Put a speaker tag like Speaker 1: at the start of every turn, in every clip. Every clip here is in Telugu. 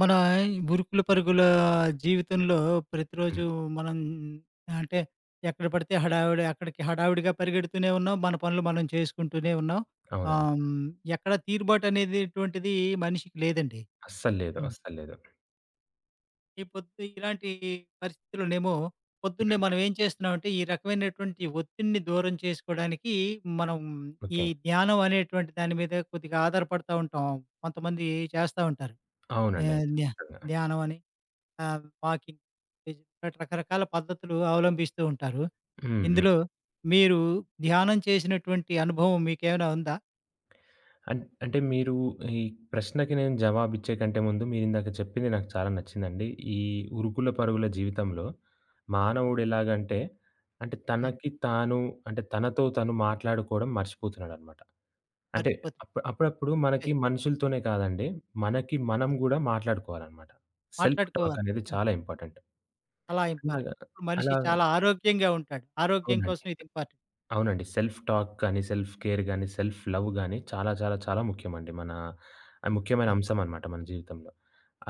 Speaker 1: మన ఉరుకుల పరుగుల జీవితంలో ప్రతిరోజు
Speaker 2: హ్మ్.
Speaker 1: మనం అంటే ఎక్కడ పడితే హడావిడి అక్కడికి హడావిడిగా పరిగెడుతూనే ఉన్నాం. మన పనులు మనం చేసుకుంటూనే ఉన్నాం.
Speaker 2: అవునండి.
Speaker 1: ఆహ్, హ్మ్, ఎక్కడ తీరుబాటు అనేటువంటిది మనిషికి లేదండి.
Speaker 2: అస్సల్లేదు.
Speaker 1: అవును.
Speaker 2: అస్సల్లేదు.
Speaker 1: ఈ పొద్దు ఇలాంటి పరిస్థితుల్లోనేమో పొద్దున్నే మనం ఏం చేస్తున్నామంటే ఈ రకమైనటువంటి ఒత్తిడిని దూరం చేసుకోవడానికి మనం ఈ
Speaker 2: ఓకే.
Speaker 1: ధ్యానం అనేటువంటి దాని మీద కొద్దిగా ఆధారపడతా ఉంటాం. కొంతమంది చేస్తా ఉంటారు.
Speaker 2: అవునండి.
Speaker 1: ఆహ్, ధ్యా
Speaker 2: ఖచ్చితంగా.
Speaker 1: ధ్యానం అని. వాకింగ్ రకరకాల పద్ధతులు అవలంబిస్తూ ఉంటారు.
Speaker 2: హ్మ్. హ్మ్.
Speaker 1: ఇందులో మీరు ధ్యానం చేసినటువంటి అనుభవం మీకేమైనా ఉందా?
Speaker 2: అం అంటే మీరు ఈ ప్రశ్నకి నేను జవాబిచ్చే కంటే ముందు మీరిందాక చెప్పింది నాకు చాలా నచ్చిందండి. ఈ ఉరుకుల పరుగుల జీవితంలో మానవుడు ఎలాగంటే, అంటే
Speaker 1: హ్మ్.
Speaker 2: తనకి తాను అంటే తనతో తను మాట్లాడుకోవడం మర్చిపోతున్నాడనమాట. అంటే
Speaker 1: మర్చిపోతున్నా.
Speaker 2: అప్పుడప్పుడు మనకి
Speaker 1: ఇప్పుడే
Speaker 2: మనుషులతోనే కాదండి, మనకి మనం
Speaker 1: చెప్పాను.
Speaker 2: గూడా మాట్లాడుకోవాలనమాట. సెల్ఫ్ టాక్
Speaker 1: మాట్లాడుకోవాలి.
Speaker 2: అనేది
Speaker 1: హ్మ్.
Speaker 2: చాలా ఇంపార్టెంట్.
Speaker 1: చాలా ఇంపార్టెంట్.
Speaker 2: అలాగా
Speaker 1: ఇప్పుడు
Speaker 2: అలా
Speaker 1: మనిషి చాలా ఆరోగ్యంగా ఉంటాడు. ఆరోగ్యం
Speaker 2: అవునండి.
Speaker 1: కోసం ఇది ఇంపార్టెంట్.
Speaker 2: అవునండి. సెల్ఫ్ టాక్ గాని, సెల్ఫ్ కేర్ గాని, సెల్ఫ్ లవ్ గాని చాలా చాలా చాలా ముఖ్యమండి. మన ముఖ్యమైన
Speaker 1: అవును.
Speaker 2: అంశం అనమాట మన జీవితంలో.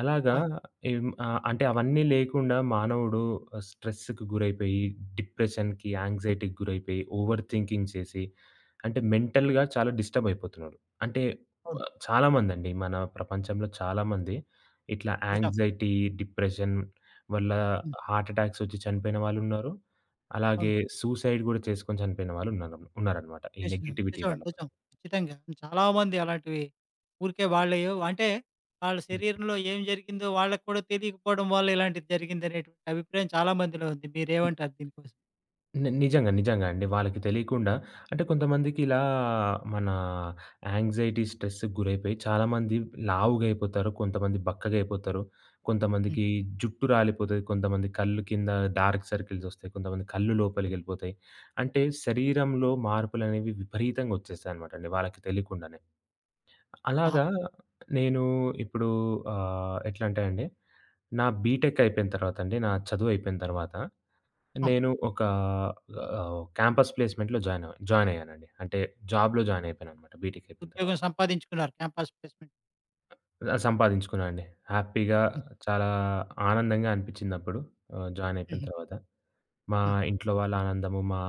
Speaker 2: అలాగా
Speaker 1: అవును.
Speaker 2: ఏం అంటే అవన్నీ లేకుండా మానవుడు స్ట్రెస్‌కి గురైపోయి, డిప్రెషన్‌కి, యాంక్సైటీకి గురైపోయి, ఓవర్ థింకింగ్ చేసి, అంటే మెంటల్‌గా చాలా డిస్టర్బ్ అయిపోతున్నాడు. అంటే
Speaker 1: అవును.
Speaker 2: చాలామందండి మన ప్రపంచంలో చాలామంది ఇట్లా
Speaker 1: నిజం.
Speaker 2: యాంక్సైటీ, డిప్రెషన్ వల్ల
Speaker 1: హ్మ్.
Speaker 2: హార్ట్ అటాక్స్ వచ్చి చనిపోయిన వాళ్ళున్నారు. అలాగే
Speaker 1: అవును.
Speaker 2: సూసైడ్ గూడా చేసుకొని చనిపోయిన వాళ్ళున్నారు ఉన్నారనమాట. ఈ
Speaker 1: నిజం.
Speaker 2: నెగటివిటీ
Speaker 1: నిజమండి.
Speaker 2: వల్ల.
Speaker 1: నిజం. ఖచ్చితంగా. చాలా మంది అలాంటివి ఊరికే వాళ్ళయో అంటే వాళ్ళ
Speaker 2: హ్మ్.
Speaker 1: శరీరంలో ఏం జరిగిందో వాళ్ళకి కూడా తెలియకపోవడం వల్ల ఇలాంటిది జరిగిందనేటువంటి అభిప్రాయం చాలా మందిలో ఉంది. మీరేమంటారు దీనికోసం? హ్మ్.
Speaker 2: నిజంగా. నిజంగా అండి. వాళ్ళకి తెలియకుండా అంటే కొంతమందికి ఇలా మన యాంగ్జైటీ, స్ట్రెస్‌కి గురైపోయి చాలామంది లావుగయిపోతారు. కొంతమంది బక్కగయిపోతారు. కొంతమందికి జుట్టు రాలిపోతది. కొంతమంది కళ్ళు కింద డార్క్ సర్కిల్స్ ఒస్తాయి. కొంతమంది కళ్ళు లోపలికెళ్ళిపోతాయి. అంటే శరీరంలో మార్పులనేవి విపరీతంగా ఒచ్చేస్తాయనమాటండి వాళ్ళకి తెలియకుండానే.
Speaker 1: ఆహా!
Speaker 2: అలాగా నేను ఇప్పుడు ఎట్లా అంటే అండి, నా బీటెక్ అయిపోయిన తర్వాత అండి, నా చదువు అయిపోయిన తర్వాత
Speaker 1: అవును.
Speaker 2: నేను ఒక క్యాంపస్ ప్లేస్‌మెంట్‌లో జాయిన్ అయ్యానండి. అంటే జాబ్‌లో జాయిన్ అయిపోయాననమాట బీటెక్ అయిపోయిన
Speaker 1: ఉద్యోగం
Speaker 2: తర్వాత.
Speaker 1: సంపాదించుకున్నారు క్యాంపస్ ప్లేస్‌మెంట్.
Speaker 2: సంపాదించుకున్నానండి. హ్యాపీగా
Speaker 1: హ్మ్.
Speaker 2: చాలా ఆనందంగా అనిపించిందప్పుడు జాయిన్ అయిపోయిన
Speaker 1: హుహు.
Speaker 2: తర్వాత. మా
Speaker 1: హుహు.
Speaker 2: ఇంట్లో వాళ్ళ ఆనందము, మా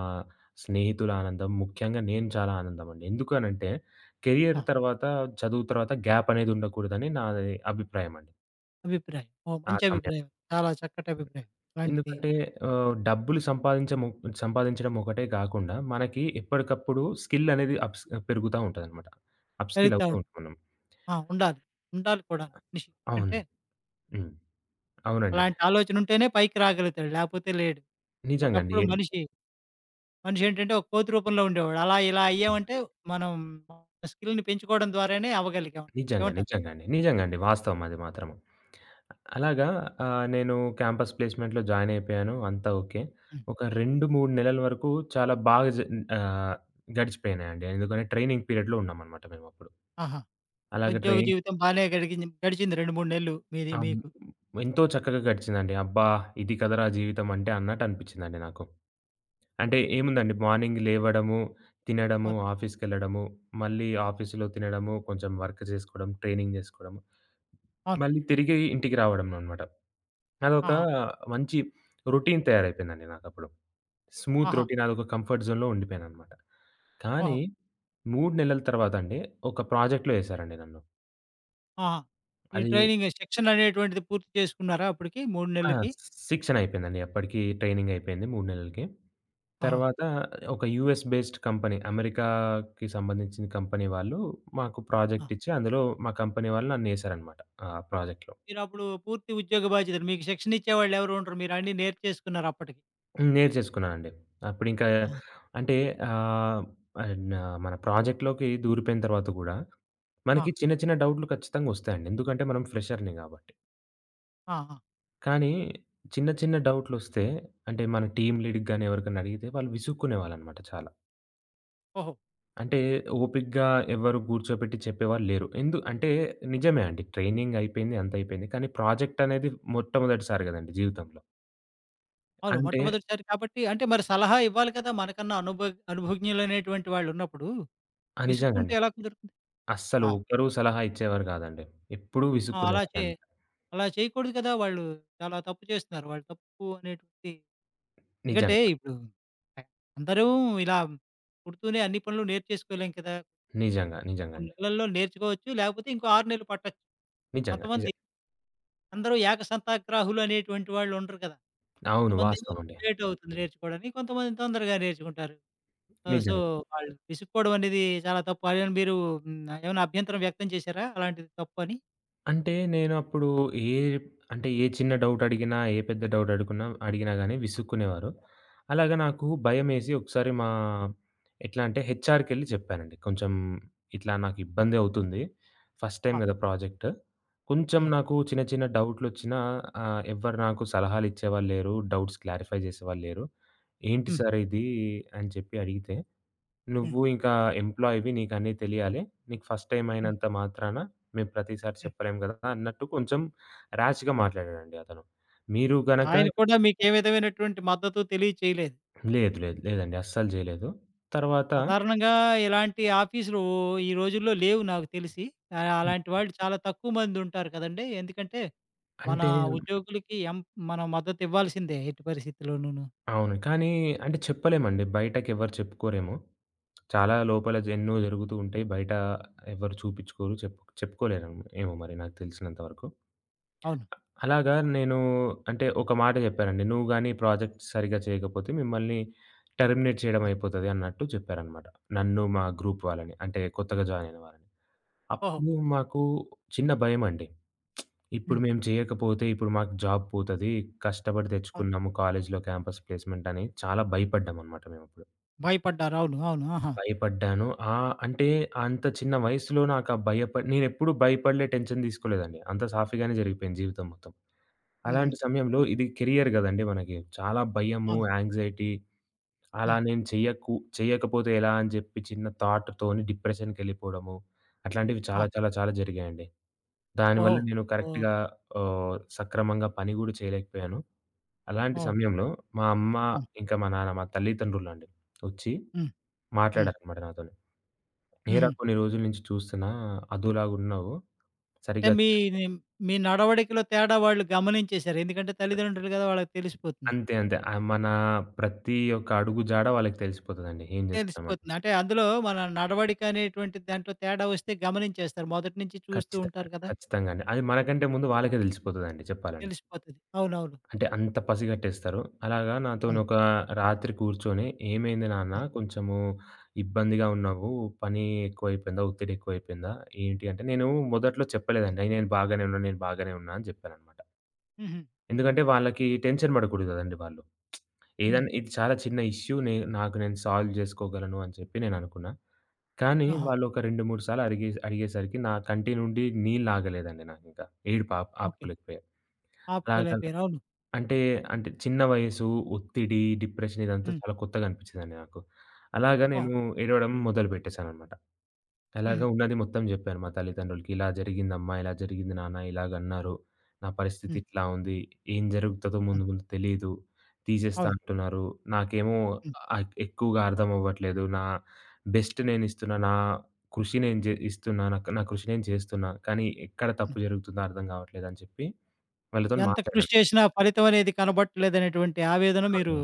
Speaker 2: స్నేహితుల ఆనందం, ముఖ్యంగా నేను చాలా ఆనందమండి. ఎందుకనంటే, కెరియర్
Speaker 1: ఆ!
Speaker 2: తర్వాత, చదువు తర్వాత గ్యాప్ అనేది ఉండకూడదని నాది అభిప్రాయమండి.
Speaker 1: అభిప్రాయం. ఓహ్!
Speaker 2: ఆ
Speaker 1: మంచి
Speaker 2: సమయం.
Speaker 1: అభిప్రాయం. చాలా చక్కటి అభిప్రాయం. అలాంటిది
Speaker 2: ఎందుకంటే
Speaker 1: ఆ!
Speaker 2: డబ్బులు సంపాదించము సంపాదించడం ఒకటే కాకుండా, మనకి ఎప్పటికప్పుడు స్కిల్ అనేది పెరుగుతా ఉంటదనమాట. అప్‌స్కిల్
Speaker 1: కలుగుతా
Speaker 2: అవుతూ
Speaker 1: ఉండాలి.
Speaker 2: ఉంటాం మనం.
Speaker 1: ఆ! ఉండాలి. ఉండాలి కూడా మనిషి.
Speaker 2: అవును.
Speaker 1: ఎందుకంటే
Speaker 2: హ్మ్. అవునండి.
Speaker 1: అలాంటి ఆలోచన ఉంటేనే పైకి రాగలుగుతాడు. లేకపోతే లేడు.
Speaker 2: నిజంగా అండి.
Speaker 1: ఒకప్పుడు మనిషి, మనిషి ఏంటంటే ఒక కోతి రూపంలో ఉండేవాడు. అలా ఇలా అయ్యామంటే మనం మన స్కిల్‌ని పెంచుకోవడం ద్వారానే అవ్వగలిగాం.
Speaker 2: నిజంగా.
Speaker 1: ఏమంటారు?
Speaker 2: నిజంగా అండి. నిజంగా అండి. వాస్తవం అది మాత్రము. అలాగా నేను క్యాంపస్ ప్లేస్‌మెంట్‌లో జాయిన్ అయిపోయాను. అంతా ఓకే.
Speaker 1: హ్మ్.
Speaker 2: ఒక 2, 3 నెలల వరకు చాలా బాగా ఆహ్, గడిచిపోయినాయండి. ఎందుకంటే ట్రైనింగ్ పీరియడ్‌లో ఉన్నామనమాట మేమప్పుడు.
Speaker 1: ఆహా!
Speaker 2: అలాగే
Speaker 1: ఉద్యోగ
Speaker 2: ట్రైనింగ్
Speaker 1: జీవితం బానే గడిచింది 2, 3 నెలలు మీది
Speaker 2: అం
Speaker 1: మీకు.
Speaker 2: ఎంతో చక్కగా గడిచిందండి. అబ్బా! ఇది కదరా జీవితం అంటే అన్నట్టు అనిపించిందండి నాకు. అంటే ఏముందండి మార్నింగ్ లేవడము, తినడము,
Speaker 1: అవును.
Speaker 2: ఆఫీస్‌కెళ్ళడము, మళ్ళీ ఆఫీస్‌లో తినడము, కొంచెం వర్క్ చేసుకోవడం, ట్రైనింగ్ చేసుకోవడము,
Speaker 1: అవును.
Speaker 2: మళ్ళీ తిరిగి ఇంటికి రావడం అనమాట. అదొక
Speaker 1: ఆహా!
Speaker 2: మంచి రొటీన్ తయారైపోయిందండి నాకప్పుడు. స్మూత్
Speaker 1: ఆహా!
Speaker 2: రొటీన్ అదొక కంఫర్ట్ జోన్‌లో ఉండిపోయాననమాట. కానీ
Speaker 1: ఓహో!
Speaker 2: 3 నెలల తర్వాత అండి ఒక ప్రాజెక్ట్‌లో ఏసారండి నన్ను.
Speaker 1: ఆహా! ఈ
Speaker 2: అది
Speaker 1: ట్రైనింగ్ శిక్షణ అనేటువంటిది పూర్తి చేసుకున్నారా అప్పటికి 3
Speaker 2: ఆ!
Speaker 1: నెలలకి?
Speaker 2: శిక్షణ అయిపోయిందండి. అప్పటికి ట్రైనింగ్ అయిపోయింది 3 నెలలకి.
Speaker 1: ఆహా!
Speaker 2: తర్వాత ఒక యూఎస్ బేస్డ్ కంపెనీ అమెరికాకి సంబంధించిన కంపెనీ వాళ్ళు మాకు
Speaker 1: ఆ!
Speaker 2: ప్రాజెక్ట్ ఇచ్చి, అందులో మా కంపెనీ వాళ్ళు నన్నేసారనమాట ఆ ప్రాజెక్ట్‌లో.
Speaker 1: మీరప్పుడు పూర్తి ఉద్యోగ బాధ్యతలు మీకు శిక్షణ ఇచ్చేవాళ్ళు ఎవరు ఉండరు. మీరు అన్నీ నేర్చేసుకున్నారు అప్పటికి.
Speaker 2: హ్మ్. నేర్చేసుకున్నానండి. అప్పుడింకా
Speaker 1: ఆ!
Speaker 2: అంటే ఆహ్, అండ్ మన ప్రాజెక్ట్‌లోకి దూరిపోయిన తర్వాత గూడా
Speaker 1: ఆ!
Speaker 2: మనకి చిన్న చిన్న డౌట్‌లు ఖచ్చితంగా ఒస్తాయండి. ఎందుకంటే మనం ఫ్రెషర్‌ని గాబట్టి.
Speaker 1: ఆ! ఆ!
Speaker 2: కానీ చిన్న చిన్న డౌట్‌లొస్తే అంటే మన టీమ్ లీడ్‌కి గాని ఎవరికైనా అడిగితే వాళ్ళు విసుక్కునేవాళ్ళనమాట చాలా.
Speaker 1: ఓహో!
Speaker 2: అంటే ఓపికగా ఎవరు కూర్చోపెట్టి చెప్పేవారు లేరు. అంటే నిజమే అండి. ట్రైనింగ్ అయిపోయింది. అంతా అయిపోయింది. కానీ ప్రాజెక్ట్ అనేది మొట్టమొదటిసారి గదండీ జీవితంలో.
Speaker 1: అవును.
Speaker 2: అంటే
Speaker 1: మొట్టమొదటిసారి కాబట్టి అంటే మరి సలహా ఇవ్వాలి కదా! మనకన్నా అనుభవజ్ఞులనేటువంటి వాళ్ళున్నప్పుడు
Speaker 2: ఆ! నిజంగా
Speaker 1: విసుక్కుంటే
Speaker 2: అండి.
Speaker 1: ఎలా కుదురుతుంది?
Speaker 2: అస్సలు
Speaker 1: ఆ!
Speaker 2: ఒక్కరు సలహా ఇచ్చేవారు కాదండి. ఎప్పుడూ
Speaker 1: ఆ!
Speaker 2: విసుక్కునేవాడినన్నమాట.
Speaker 1: అలా చేయకూడదు కదా! వాళ్ళు చాలా తప్పు చేస్తున్నారు. వాళ్ళు తప్పు అనేటువంటిది ఎందుకంటే
Speaker 2: నిజంగా.
Speaker 1: ఇప్పుడు అందరూ ఇలా పుడుతూనే అన్ని పనులు నేర్చేసుకోలేం కదా!
Speaker 2: నిజంగా. నిజంగా
Speaker 1: 3
Speaker 2: అండి.
Speaker 1: నెలల్లో నేర్చుకోవచ్చు. లేకపోతే ఇంకో 6 నెలలు పట్టొచ్చు.
Speaker 2: నిజంగా.
Speaker 1: కొంతమంది
Speaker 2: నిజం
Speaker 1: అందరూ ఏకసంతాగ్రాహులు అనేటువంటి వాళ్ళు ఉండరు కదా!
Speaker 2: అవును.
Speaker 1: కొంతమందేమో
Speaker 2: వాస్తవం అండి.
Speaker 1: లేట్ అవుతుంది నేర్చుకోవడానికి. కొంతమంది తొందరగా నేర్చుకుంటారు. సో,
Speaker 2: నిజంగా.
Speaker 1: వాళ్ళు విసుక్కోవడం అనేది చాలా తప్పు. అదేమైనా మీరు హ్మ్. ఏమైనా అభ్యంతరం వ్యక్తం చేశారా? అలాంటిది తప్పు అని?
Speaker 2: అంటే నేనప్పుడు ఏ ఏ చిన్న డౌట్ అడిగినా, ఏ పెద్ద డౌట్ అడిగినా గాని విసుక్కునేవారు. అలాగా నాకు భయమేసి ఒకసారి మా ఎట్లా అంటే హెచ్ఆర్‌కెళ్ళి చెప్పానండి. కొంచెం ఇట్లా నాకు ఇబ్బంది అవుతుంది. ఫస్ట్ టైమ్
Speaker 1: ఆ!
Speaker 2: కదా ప్రాజెక్ట్. కొంచెం
Speaker 1: హ్మ్.
Speaker 2: నాకు చిన్న చిన్న డౌట్‌లొచ్చినా ఎవ్వరు నాకు సలహాలు ఇచ్చేవాళ్ళు లేరు. డౌట్స్ క్లారిఫై చేసేవాళ్ళు లేరు. ఏంటి
Speaker 1: హ్మ్.
Speaker 2: సార్ ఇది అని చెప్పి అడిగితే,
Speaker 1: హ్మ్.
Speaker 2: "నువ్వు ఇంకా ఎంప్లాయివి నీకన్నీ తెలియాలి. నీకు ఫస్ట్ టైమ్
Speaker 1: హ్మ్.
Speaker 2: అయినంత మాత్రాన మేము ప్రతిసారి
Speaker 1: హ్మ్.
Speaker 2: చెప్పలేం గదా!" అన్నట్టు కొంచెం ర్యాష్‌గా మాట్లాడాడండి అతను. మీరు గనక
Speaker 1: ఆయన కూడా మీకే విధమైనటువంటి మద్దతు తెలియచేయలేదు.
Speaker 2: లేదు. లేదు. లేదండి. అస్సలు జేయలేదు. తర్వాత
Speaker 1: సాధారణంగా ఇలాంటి ఆఫీసులు ఈ రోజుల్లో లేవు నాకు తెలిసి. అలాంటి వాళ్ళు చాలా తక్కువ మంది ఉంటారు కదండీ! ఎందుకంటే మన
Speaker 2: అంటే
Speaker 1: ఉద్యోగులకి ఎం మనం మద్దతివ్వాల్సిందే ఎట్టి పరిస్థితిలోనూను.
Speaker 2: అవును. కానీ అంటే చెప్పలేమండి. బయటకెవరు చెప్పుకోరేమో. చాలా లోపల ఎన్నో జరుగుతూ ఉంటాయి. బయట ఎవరు చూపిచ్చుకోరు. చెప్పుకోలేరేమో ఏమో మరి నాకు తెలిసినంత వరకు.
Speaker 1: అవును.
Speaker 2: అలాగా నేను అంటే ఒక మాట జెప్పారండి. "నువ్వు గాని ఈ ప్రాజెక్ట్ సరిగ్గా చేయకపోతే మిమ్మల్ని టెర్మినేట్ చేయడం అయిపోతది" అన్నట్టు చెప్పారనమాట. నన్ను మా గ్రూప్ వాళ్ళని. అంటే కొత్తగా జాయిన్ అయిన వాళ్ళని.
Speaker 1: ఓహో!
Speaker 2: అప్పుడు మాకు చిన్న భయమండి. ఇప్పుడు
Speaker 1: హ్మ్.
Speaker 2: మేము చేయకపోతే ఇప్పుడు మాకు జాబ్ పోతది. కష్టపడి
Speaker 1: అవును.
Speaker 2: తెచ్చుకున్నాము కాలేజ్‌లో క్యాంపస్ ప్లేస్‌మెంట్ అని చాలా భయపడ్డామనమాట మేమప్పుడు.
Speaker 1: భయపడ్డారు. అవును. అవును. ఆహా!
Speaker 2: భయపడ్డాను. అంటే అంత చిన్న వయసులో నాకా నేనెప్పుడు భయపడలే, టెన్షన్ తీసుకోలేదండి. అంత సాఫీగానే జరిగిపోయింది జీవితం మొత్తం.
Speaker 1: హుహు.
Speaker 2: అలాంటి సమయంలో ఇది కెరియర్ గదండీ మనకి. చాలా భయము,
Speaker 1: అవును.
Speaker 2: యాంగ్జైటీ అలా
Speaker 1: హ్మ్.
Speaker 2: నేను చెయ్యకపోతే ఎలా అని జెప్పి చిన్న థాట్‌తోని డిప్రెషన్‌కెళ్ళిపోవడము, అట్లాంటివి
Speaker 1: ఆ!
Speaker 2: చాలా చాలా చాలా జరిగాయండి.
Speaker 1: ఓహో!
Speaker 2: దానివల్ల నేను
Speaker 1: ఓహ్!
Speaker 2: కరెక్ట్‌గా సక్రమంగా పని గూడా చేయలేకపోయాను. అలాంటి
Speaker 1: ఓహ్!
Speaker 2: సమయంలో మా అమ్మ,
Speaker 1: అవును.
Speaker 2: ఇంకా మా నాన్న మా తల్లిదండ్రులండి ఒచ్చి
Speaker 1: హ్మ్. హ్మ్.
Speaker 2: మాట్లాడారనమాట నాతోని. "ఏరా
Speaker 1: హుహు.
Speaker 2: కొన్ని రోజుల నుంచి చూస్తున్నా అదోలాగున్నావు
Speaker 1: అంటే
Speaker 2: సరిగ్గా."
Speaker 1: మీ మీ నడవడికలో తేడా వాళ్ళు గమనించేసారు. ఎందుకంటే తల్లిదండ్రులు గదా! వాళ్ళకి తెలిసిపోతుంది.
Speaker 2: అంతే అంతే. మన ప్రతి ఒక్క అడుగు జాడ వాళ్ళకి తెలిసిపోతదండి. ఏం జేస్తున్నామని.
Speaker 1: తెలిసిపోతుంది. అంటే అందులో మన నడవడిక అనేటువంటి దాంట్లో తేడా వస్తే గమనించేస్తారు. మొదటి నుంచి చూస్తూ
Speaker 2: ఖచ్చితంగా.
Speaker 1: ఉంటారు కదా!
Speaker 2: ఖచ్చితంగా అండి. అది మనకంటే ముందు వాళ్ళకే తెలిసిపోతదండి చెప్పాలంటే.
Speaker 1: తెలిసిపోతది. అవునవును.
Speaker 2: అంటే అంత పసిగట్టేస్తారు. అలాగా
Speaker 1: అవును.
Speaker 2: నాతోనొక రాత్రి కూర్చొని, "ఏమైంది నాన్న?
Speaker 1: హ్మ్.
Speaker 2: కొంచెము ఇబ్బందిగా ఉన్నావు. పని ఎక్కువైపోయిందా? ఒత్తిడి ఎక్కువైపోయిందా? ఏంటి?" అంటే నేను మొదట్లో చెప్పలేదండి. "నేను బాగానే ఉన్నా. నేను బాగానే ఉన్నా" అని చెప్పాననమాట.
Speaker 1: హుహు.
Speaker 2: ఎందుకంటే వాళ్ళకి టెన్షన్ పడకూడదు కదండీ వాళ్ళు.
Speaker 1: హ్మ్.
Speaker 2: ఏదన్నా ఇది చాలా చిన్న ఇష్యూ. నాకు నేను సాల్వ్ జేసుకోగలను అని చెప్పి నేననుకున్నా. కానీ
Speaker 1: ఆహా!
Speaker 2: వాళ్ళొక 2, 3 సార్లు అడిగేసరికి నా కంటి నుండి నీళ్లాగలేదండి నాకింకా. ఏడుపు ఆప్
Speaker 1: ఓకే.
Speaker 2: ఆపుకోలేకపోయా. అలాగ
Speaker 1: ఆపుకోలేకపోయారు. అవును.
Speaker 2: అంటే, అంటే చిన్న వయసు, ఒత్తిడి, డిప్రెషన్ ఇదంతా
Speaker 1: హ్మ్.
Speaker 2: చాలా కొత్తగా అనిపించిందండి నాకు. అలాగా
Speaker 1: ఓహో!
Speaker 2: నేను ఏడవడం మొదలు పెట్టేసాననమాట. ఎలాగా
Speaker 1: హుహు.
Speaker 2: ఉన్నది మొత్తం జెప్పాను మా తల్లిదండ్రులకి. ఇలా జరిగిందమ్మా, ఇలా జరిగింది నాన్న, ఇలాగన్నారు. నా పరిస్థితి
Speaker 1: హ్మ్.
Speaker 2: ఇట్లా ఉంది. ఏం జరుగుతదో ముందు
Speaker 1: అవును.
Speaker 2: ముందు తెలీదు. తీసేస్తా
Speaker 1: అవును.
Speaker 2: అంటున్నారు. నాకేమో
Speaker 1: హ్మ్.
Speaker 2: ఎక్కువగా అర్థం అవ్వట్లేదు. నా బెస్ట్ నేనిస్తున్నా. నా కృషి నేను ఇస్తున్నా. నా నా కృషి నేను చేస్తున్నా. కానీ ఎక్కడ
Speaker 1: అవును.
Speaker 2: తప్పు జరుగుతుందో అర్థం గావట్లేదని చెప్పి వాళ్ళతోని
Speaker 1: ఎంత కృషి
Speaker 2: మాట్లాడాను.
Speaker 1: చేసినా ఫలితం అనేది కనబడట్లేదనేటువంటి ఆవేదన మీరు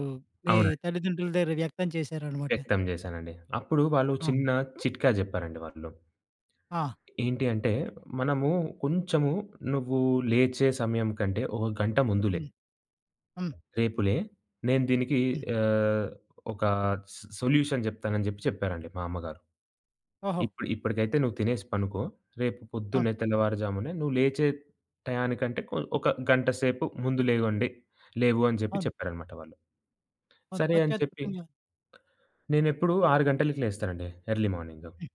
Speaker 1: మీ
Speaker 2: అవునండి.
Speaker 1: తల్లిదండ్రుల దగ్గర వ్యక్తం చేశారనమాట.
Speaker 2: వ్యక్తం చేశానండి. అప్పుడు వాళ్ళు
Speaker 1: ఆ!
Speaker 2: చిన్న చిట్కా జెప్పారండి వాళ్ళు.
Speaker 1: ఆ!
Speaker 2: ఏంటి అంటే, మనము కొంచెము నువ్వు లేచే సమయం కంటే ఒక గంట ముందు లే.
Speaker 1: హ్మ్. హ్మ్.
Speaker 2: రేపు లే. నేను దీనికి
Speaker 1: హ్మ్.
Speaker 2: ఆహ్, ఒక సొల్యూషన్ జెప్తానని జెప్పి చెప్పారండి మా అమ్మగారు.
Speaker 1: ఓహో!
Speaker 2: ఇప్పుడు ఇప్పటికైతే నువ్వు తినేసి పనుకో. రేపు
Speaker 1: అవును.
Speaker 2: పొద్దున్నే తెల్లవారుజామునే నువ్వు లేచే టయానికంటే ఒక గంట సేపు ముందు లేవండి. లేవు అని జెప్పి
Speaker 1: అవును.
Speaker 2: చెప్పారనమాట వాళ్ళు.
Speaker 1: అవును.
Speaker 2: సరే అని చెప్పి
Speaker 1: అత్యద్భుతంగా
Speaker 2: నేనెప్పుడు 6 గంటలకి లేస్తానండి ఎర్లీ మార్నింగ్.
Speaker 1: హ్మ్.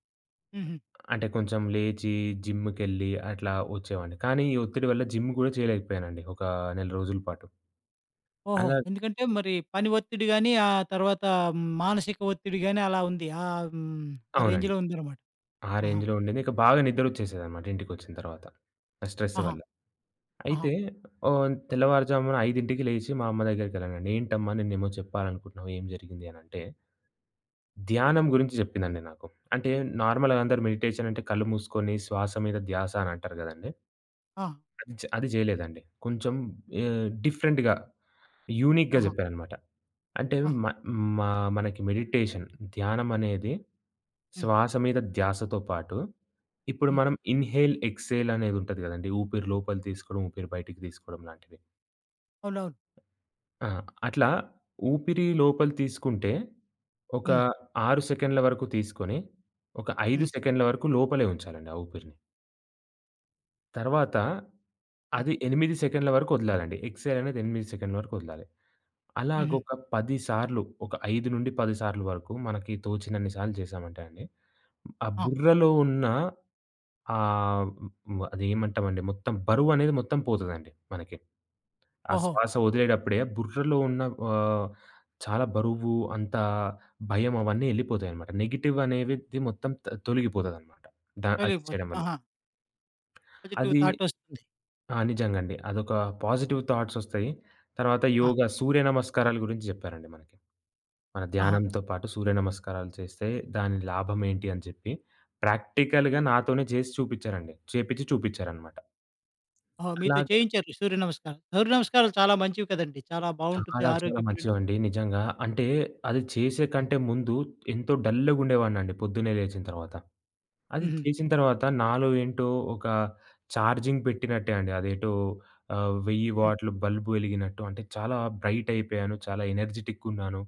Speaker 1: హుహు.
Speaker 2: అంటే కొంచెం లేచి జిమ్‌కెళ్ళి అట్లా వచ్చేవాడిని. కానీ ఈ ఒత్తిడి వల్ల జిమ్ గూడా చేయలేకపోయానండి. ఒక నెల రోజుల పాటు.
Speaker 1: ఓహో!
Speaker 2: అలా
Speaker 1: ఎందుకంటే మరి పని ఒత్తిడి గాని, ఆ తర్వాత మానసిక ఒత్తిడి గాని అలా ఉంది. ఆహ్, హ్మ్. ఆ
Speaker 2: అవునండి.
Speaker 1: రేంజ్‌లో ఉందనమాట.
Speaker 2: ఆ
Speaker 1: ఆహా!
Speaker 2: రేంజ్‌లో ఉండేది. ఇక బాగా నిద్రొచ్చేసేదనమాట ఇంటికొచ్చిన తర్వాత. ఆ స్ట్రెస్
Speaker 1: ఆహా!
Speaker 2: వల్ల.
Speaker 1: ఆహా!
Speaker 2: అయితే ఓహ్! తెల్లవారుజామున 5కి లేచి మా అమ్మ దగ్గరికెళ్ళానండి. "ఏంటమ్మా నిన్నేమో చెప్పాలనుకుంటున్నావు ఏం జరిగింది?" అనంటే, ధ్యానం గురించి చెప్పిందండి నాకు. అంటే నార్మల్‌గా అందరూ మెడిటేషన్ అంటే కళ్ళు మూసుకొని శ్వాస మీద ధ్యాస అని అంటారు గదండీ!
Speaker 1: ఆ!
Speaker 2: చ్ అది జేయలేదండి. కొంచెం డిఫరెంట్‌గా, యూనిక్‌గా
Speaker 1: ఆహా!
Speaker 2: జెప్పారనమాట. అంటే
Speaker 1: ఆహా!
Speaker 2: మ మా మనకి మెడిటేషన్, ధ్యానం అనేది
Speaker 1: హ్మ్.
Speaker 2: శ్వాస మీద ధ్యాసతో పాటు, ఇప్పుడు
Speaker 1: హ్మ్.
Speaker 2: మనం ఇన్‌హేల్, ఎక్స్‌హేల్ అనేదుంటది గదండీ. ఊపిరి లోపలి తీసుకోవడం, ఊపిరి బయటికి తీసుకోవడం లాంటివి.
Speaker 1: అవునవును.
Speaker 2: ఆ! అట్లా ఊపిరి లోపలి తీసుకుంటే, ఒక
Speaker 1: హ్మ్.
Speaker 2: 6 సెకండ్ల వరకు తీసుకొని, ఒక 5
Speaker 1: హ్మ్.
Speaker 2: సెకండ్ల వరకు లోపలే ఉంచాలండి ఆ ఊపిరిని. తర్వాత
Speaker 1: హ్మ్.
Speaker 2: అది 8 సెకండ్ల వరకు వదలాలండి. ఎక్స్‌హేల్ అనేది 8 సెకండ్ల వరకు వదలాలి.
Speaker 1: హుహు.
Speaker 2: అలాగొక 10 సార్లు ఒక 5-10 సార్లు వరకు మనకి తోచినన్ని సార్లు చేశామంటే అండి, ఆ
Speaker 1: ఆ!
Speaker 2: బుర్రలో ఉన్న ఆహ్, అదేమంటామండి మొత్తం బరువనేది మొత్తం పోతదండి మనకి. ఆ
Speaker 1: ఓహో!
Speaker 2: శ్వాస వదిలేటప్పుడే బుర్రలో ఉన్న ఆహ్, చాలా బరువు, అంత భయం అవన్నీ ఎళ్ళిపోతాయన్నమాట. నెగెటివ్ అనేవిది మొత్తం తొలగిపోతదన్నమాట. అది చేయడం
Speaker 1: తొలగిపోతుంది.
Speaker 2: వల్ల.
Speaker 1: ఆహా! పాజిటివ్
Speaker 2: అది
Speaker 1: థాట్ వస్తుంది.
Speaker 2: ఆ! నిజంగండి. అదొక పాజిటివ్ థాట్సొస్తాయి. తర్వాత
Speaker 1: ఆ!
Speaker 2: యోగా సూర్య నమస్కారాల గురించి జెప్పారండి మనకి. మన
Speaker 1: ఆహా!
Speaker 2: ధ్యానంతో పాటు సూర్య నమస్కారాలు చేస్తే దాని లాభమేంటి అని చెప్పి, ప్రాక్టికల్‌గా నాతోనే చేసి చూపిచ్చారండి. చేపిచ్చి చూపిచ్చారనమాట.
Speaker 1: ఓహో! మీతో
Speaker 2: అలాగ
Speaker 1: చేయించారు సూర్య నమస్కారాలు. సూర్య నమస్కారాలు చాలా మంచివి కదండీ! చాలా బావుంటుంది
Speaker 2: చాలా చాలా
Speaker 1: ఆరోగ్యపరంగా.
Speaker 2: మంచివండి నిజంగా. అంటే అది చేసే
Speaker 1: హ్మ్.
Speaker 2: కంటే ముందు ఎంతో డల్‌గుండేవాడినండి పొద్దున్నే లేచిన తర్వాత. అది
Speaker 1: హుహు.
Speaker 2: చేసిన తర్వాత నాలో ఏంటో ఒక ఛార్జింగ్ పెట్టినట్టే అండి. అదేటో 1000
Speaker 1: హ్మ్.
Speaker 2: వాట్‌ల బల్బ్ వెలిగినట్టు అంటే చాలా బ్రైట్ అయిపోయాను. చాలా ఎనర్జిటిక్‌గున్నాను.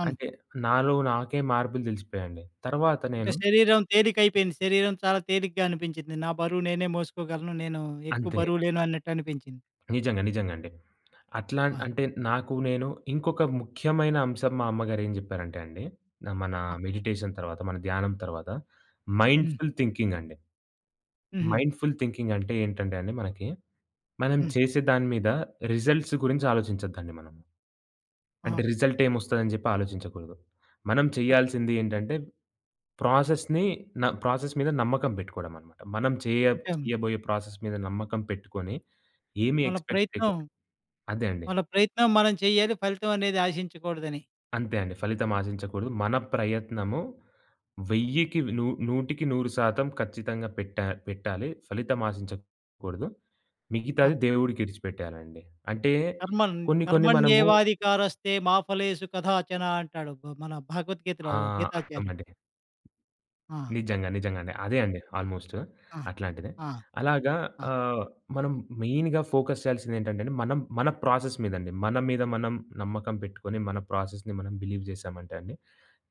Speaker 1: అవును.
Speaker 2: అంటే నాలో నాకే మార్పులు తెలిసిపోయాయండి. తర్వాత
Speaker 1: అంటే
Speaker 2: నేను
Speaker 1: శరీరం తేలికైపోయింది. శరీరం చాలా తేలికగా అనిపించింది. నా బరువు నేనే మోసుకోగలను. నేను ఎక్కువ
Speaker 2: అంతే.
Speaker 1: బరువు లేను అన్నట్టు అనిపించింది.
Speaker 2: నిజంగా. నిజంగా అండి. అట్లా
Speaker 1: ఆ!
Speaker 2: అంటే నాకు నేను ఇంకొక ముఖ్యమైన అంశం మా అమ్మగారు ఏం జెప్పారంటే అండి, మన
Speaker 1: ఆ!
Speaker 2: మెడిటేషన్ తర్వాత, మన ధ్యానం తర్వాత
Speaker 1: హ్మ్.
Speaker 2: మైండ్‌ఫుల్ థింకింగ్ అండి.
Speaker 1: హుహు.
Speaker 2: మైండ్‌ఫుల్ థింకింగ్ అంటే ఏంటంటే అండి మనకి, మనం
Speaker 1: హ్మ్.
Speaker 2: చేసే దాని మీద రిజల్ట్స్ గురించి ఆలోచించొద్దండి మనం.
Speaker 1: ఆహా!
Speaker 2: అంటే రిజల్ట్ ఏమొస్తదని జెప్పి ఆలోచించకూడదు. మనం
Speaker 1: అవును.
Speaker 2: చేయాల్సింది ఏంటంటే ప్రాసెస్‌ని ప్రాసెస్ మీద నమ్మకం పెట్టుకోవడం అన్నమాట. మనం చేయ
Speaker 1: అంటే
Speaker 2: చేయబోయే ప్రాసెస్ మీద నమ్మకం పెట్టుకొని ఏమి
Speaker 1: మన
Speaker 2: ఎక్స్‌పెక్ట్
Speaker 1: ప్రయత్నం,
Speaker 2: చేయకుండా అదే అండి.
Speaker 1: మన ప్రయత్నం మనం చేయాలి. ఫలితం అనేది ఆశించకూడదని.
Speaker 2: అంతే అండి. ఫలితం ఆశించకూడదు. మన ప్రయత్నము 1000కి ను 100కి 100% ఖచ్చితంగా పెట్టాలి. ఫలితం ఆశించకూడదు.
Speaker 1: ఆ!
Speaker 2: మిగతాది దేవుడికిడిచిపెట్టేయాలండి. అంటే
Speaker 1: కర్మన్
Speaker 2: కొన్ని కొన్ని మనము
Speaker 1: కర్మణ్యేవాధికారస్తే మా ఫలేషు కదాచన అంటాడు. మన
Speaker 2: ఆ!
Speaker 1: భగవద్గీతలో గీతాచార్యుడు.
Speaker 2: అర్థమండి.
Speaker 1: ఆ!
Speaker 2: నిజంగా. నిజంగానే. అదే అండి ఆల్‌మోస్ట్
Speaker 1: ఆ!
Speaker 2: అట్లాంటిదే.
Speaker 1: ఆ!
Speaker 2: అలాగా
Speaker 1: ఆ!
Speaker 2: ఆహ్, మనం మెయిన్‌గా ఫోకస్ చేయాల్సిందేంటంటే అండి, మనం మన ప్రాసెస్ మీదండి. మన మీద మనం నమ్మకం పెట్టుకొని, మన ప్రాసెస్‌ని మనం బిలీవ్ చేశామంటే అండి,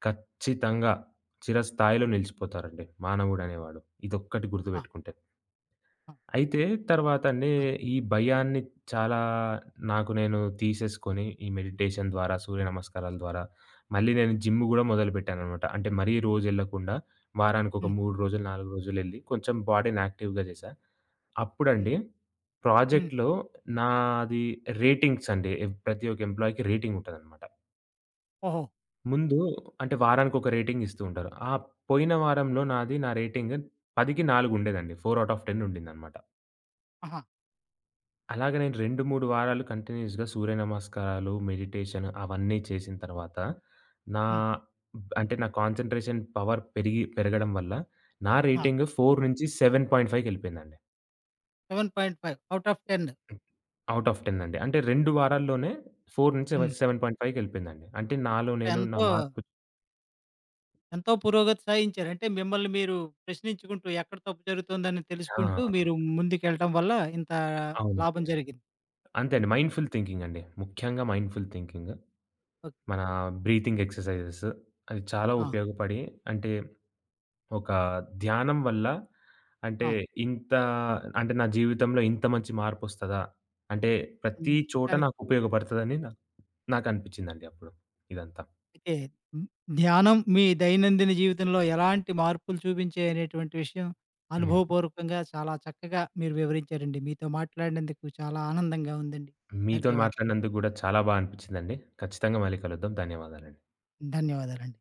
Speaker 2: ఖచ్చితంగా చిరస్థాయిలో నిలిచిపోతారండి మానవుడనేవాడు. ఇదొక్కటి
Speaker 1: ఆ!
Speaker 2: గుర్తుపెట్టుకుంటే.
Speaker 1: ఆ!
Speaker 2: అయితే తర్వాత అండి
Speaker 1: ఆ!
Speaker 2: ఈ భయాన్ని చాలా నాకు నేను తీసేసుకొని, ఈ మెడిటేషన్ ద్వారా, సూర్య నమస్కారాల ద్వారా, మళ్ళీ నేను జిమ్ గూడా మొదలుపెట్టాననమాట. అంటే మరీ రోజెళ్ళకుండా వారానికొక
Speaker 1: హ్మ్.
Speaker 2: 3 రోజులు, 4 రోజులెళ్లి కొంచెం బాడీని యాక్టివ్‌గా చేశా.
Speaker 1: హ్మ్.
Speaker 2: అప్పుడండి
Speaker 1: హ్మ్.
Speaker 2: ప్రాజెక్ట్‌లో నాది రేటింగ్స్ అండి. ప్రతి ఒక్క ఎంప్లాయీకి రేటింగ్ ఉంటదనమాట.
Speaker 1: ఓహో!
Speaker 2: ముందు అంటే వారానికొక రేటింగ్ ఇస్తూ ఉంటారు. ఆ పోయిన వారంలో నాది నా రేటింగ్ 10కి 4 ఉండేదండి. 4 ఔట్ ఆఫ్ 10 ఉండిందనమాట.
Speaker 1: ఆహా!
Speaker 2: అలాగ నేను 2, 3 వారాలు కంటిన్యూయస్‌గా సూర్య నమస్కారాలు, మెడిటేషన్ అవన్నీ చేసిన తర్వాత, నా
Speaker 1: హ్మ్.
Speaker 2: అంటే నా కాన్సంట్రేషన్ పవర్ పెరగడం వల్ల నా
Speaker 1: ఆ!
Speaker 2: రేటింగ్ 4-7.5 కెళ్ళిపోయిందండి.
Speaker 1: 7.5 ఔట్ ఆఫ్ 10.
Speaker 2: ఔట్ ఆఫ్ 10 అండి. అంటే 2 వారాల్లోనే
Speaker 1: హ్మ్.
Speaker 2: 4-7.5 కెళ్ళిపోయిందండి. అంటే నాలో నేను నా
Speaker 1: ఎంతో,
Speaker 2: మార్పు
Speaker 1: ఎంతో పురోగతి సాధించారు. అంటే మిమ్మల్ని మీరు ప్రశ్నించుకుంటూ ఎక్కడ తప్పు జరుగుతుందని తెలుసుకుంటూ
Speaker 2: ఆ!
Speaker 1: మీరు ముందుకెళ్ళటం వల్ల ఇంత
Speaker 2: అవునండి.
Speaker 1: లాభం జరిగింది.
Speaker 2: అంతే అండి.
Speaker 1: ఓకే.
Speaker 2: మైండ్‌ఫుల్ థింకింగ్ అండి. ముఖ్యంగా మైండ్‌ఫుల్ థింకింగ్.
Speaker 1: ఓకే.
Speaker 2: మన బ్రీతింగ్ ఎక్సర్‌సైజెస్ అవి చాలా
Speaker 1: ఆ!
Speaker 2: ఉపయోగపడి అంటే ఒక ధ్యానం వల్ల అంటే
Speaker 1: ఆ!
Speaker 2: ఇంత అంటే నా జీవితంలో ఇంత మంచి మార్పొస్తదా? అంటే ప్రతి చోట
Speaker 1: కానీ
Speaker 2: నాకు ఉపయోగపడతదని నాకనిపించిందండి అప్పుడు ఇదంతా.
Speaker 1: అయితే ధ్యానం మీ దైనందిన జీవితంలో ఎలాంటి మార్పులు చూపించాయి అనేటువంటి విషయం
Speaker 2: హ్మ్.
Speaker 1: అనుభవపూర్వకంగా చాలా చక్కగా మీరు వివరించారండి. మీతో మాట్లాడినందుకు చాలా ఆనందంగా ఉందండి.
Speaker 2: మీతోని
Speaker 1: ధన్యవాదాలండి.
Speaker 2: మాట్లాడినందుకు గూడా చాలా అనిపించిందండి. ఖచ్చితంగా మళ్ళీ కలుద్దాం. ధన్యవాదాలండి.
Speaker 1: ధన్యవాదాలండి.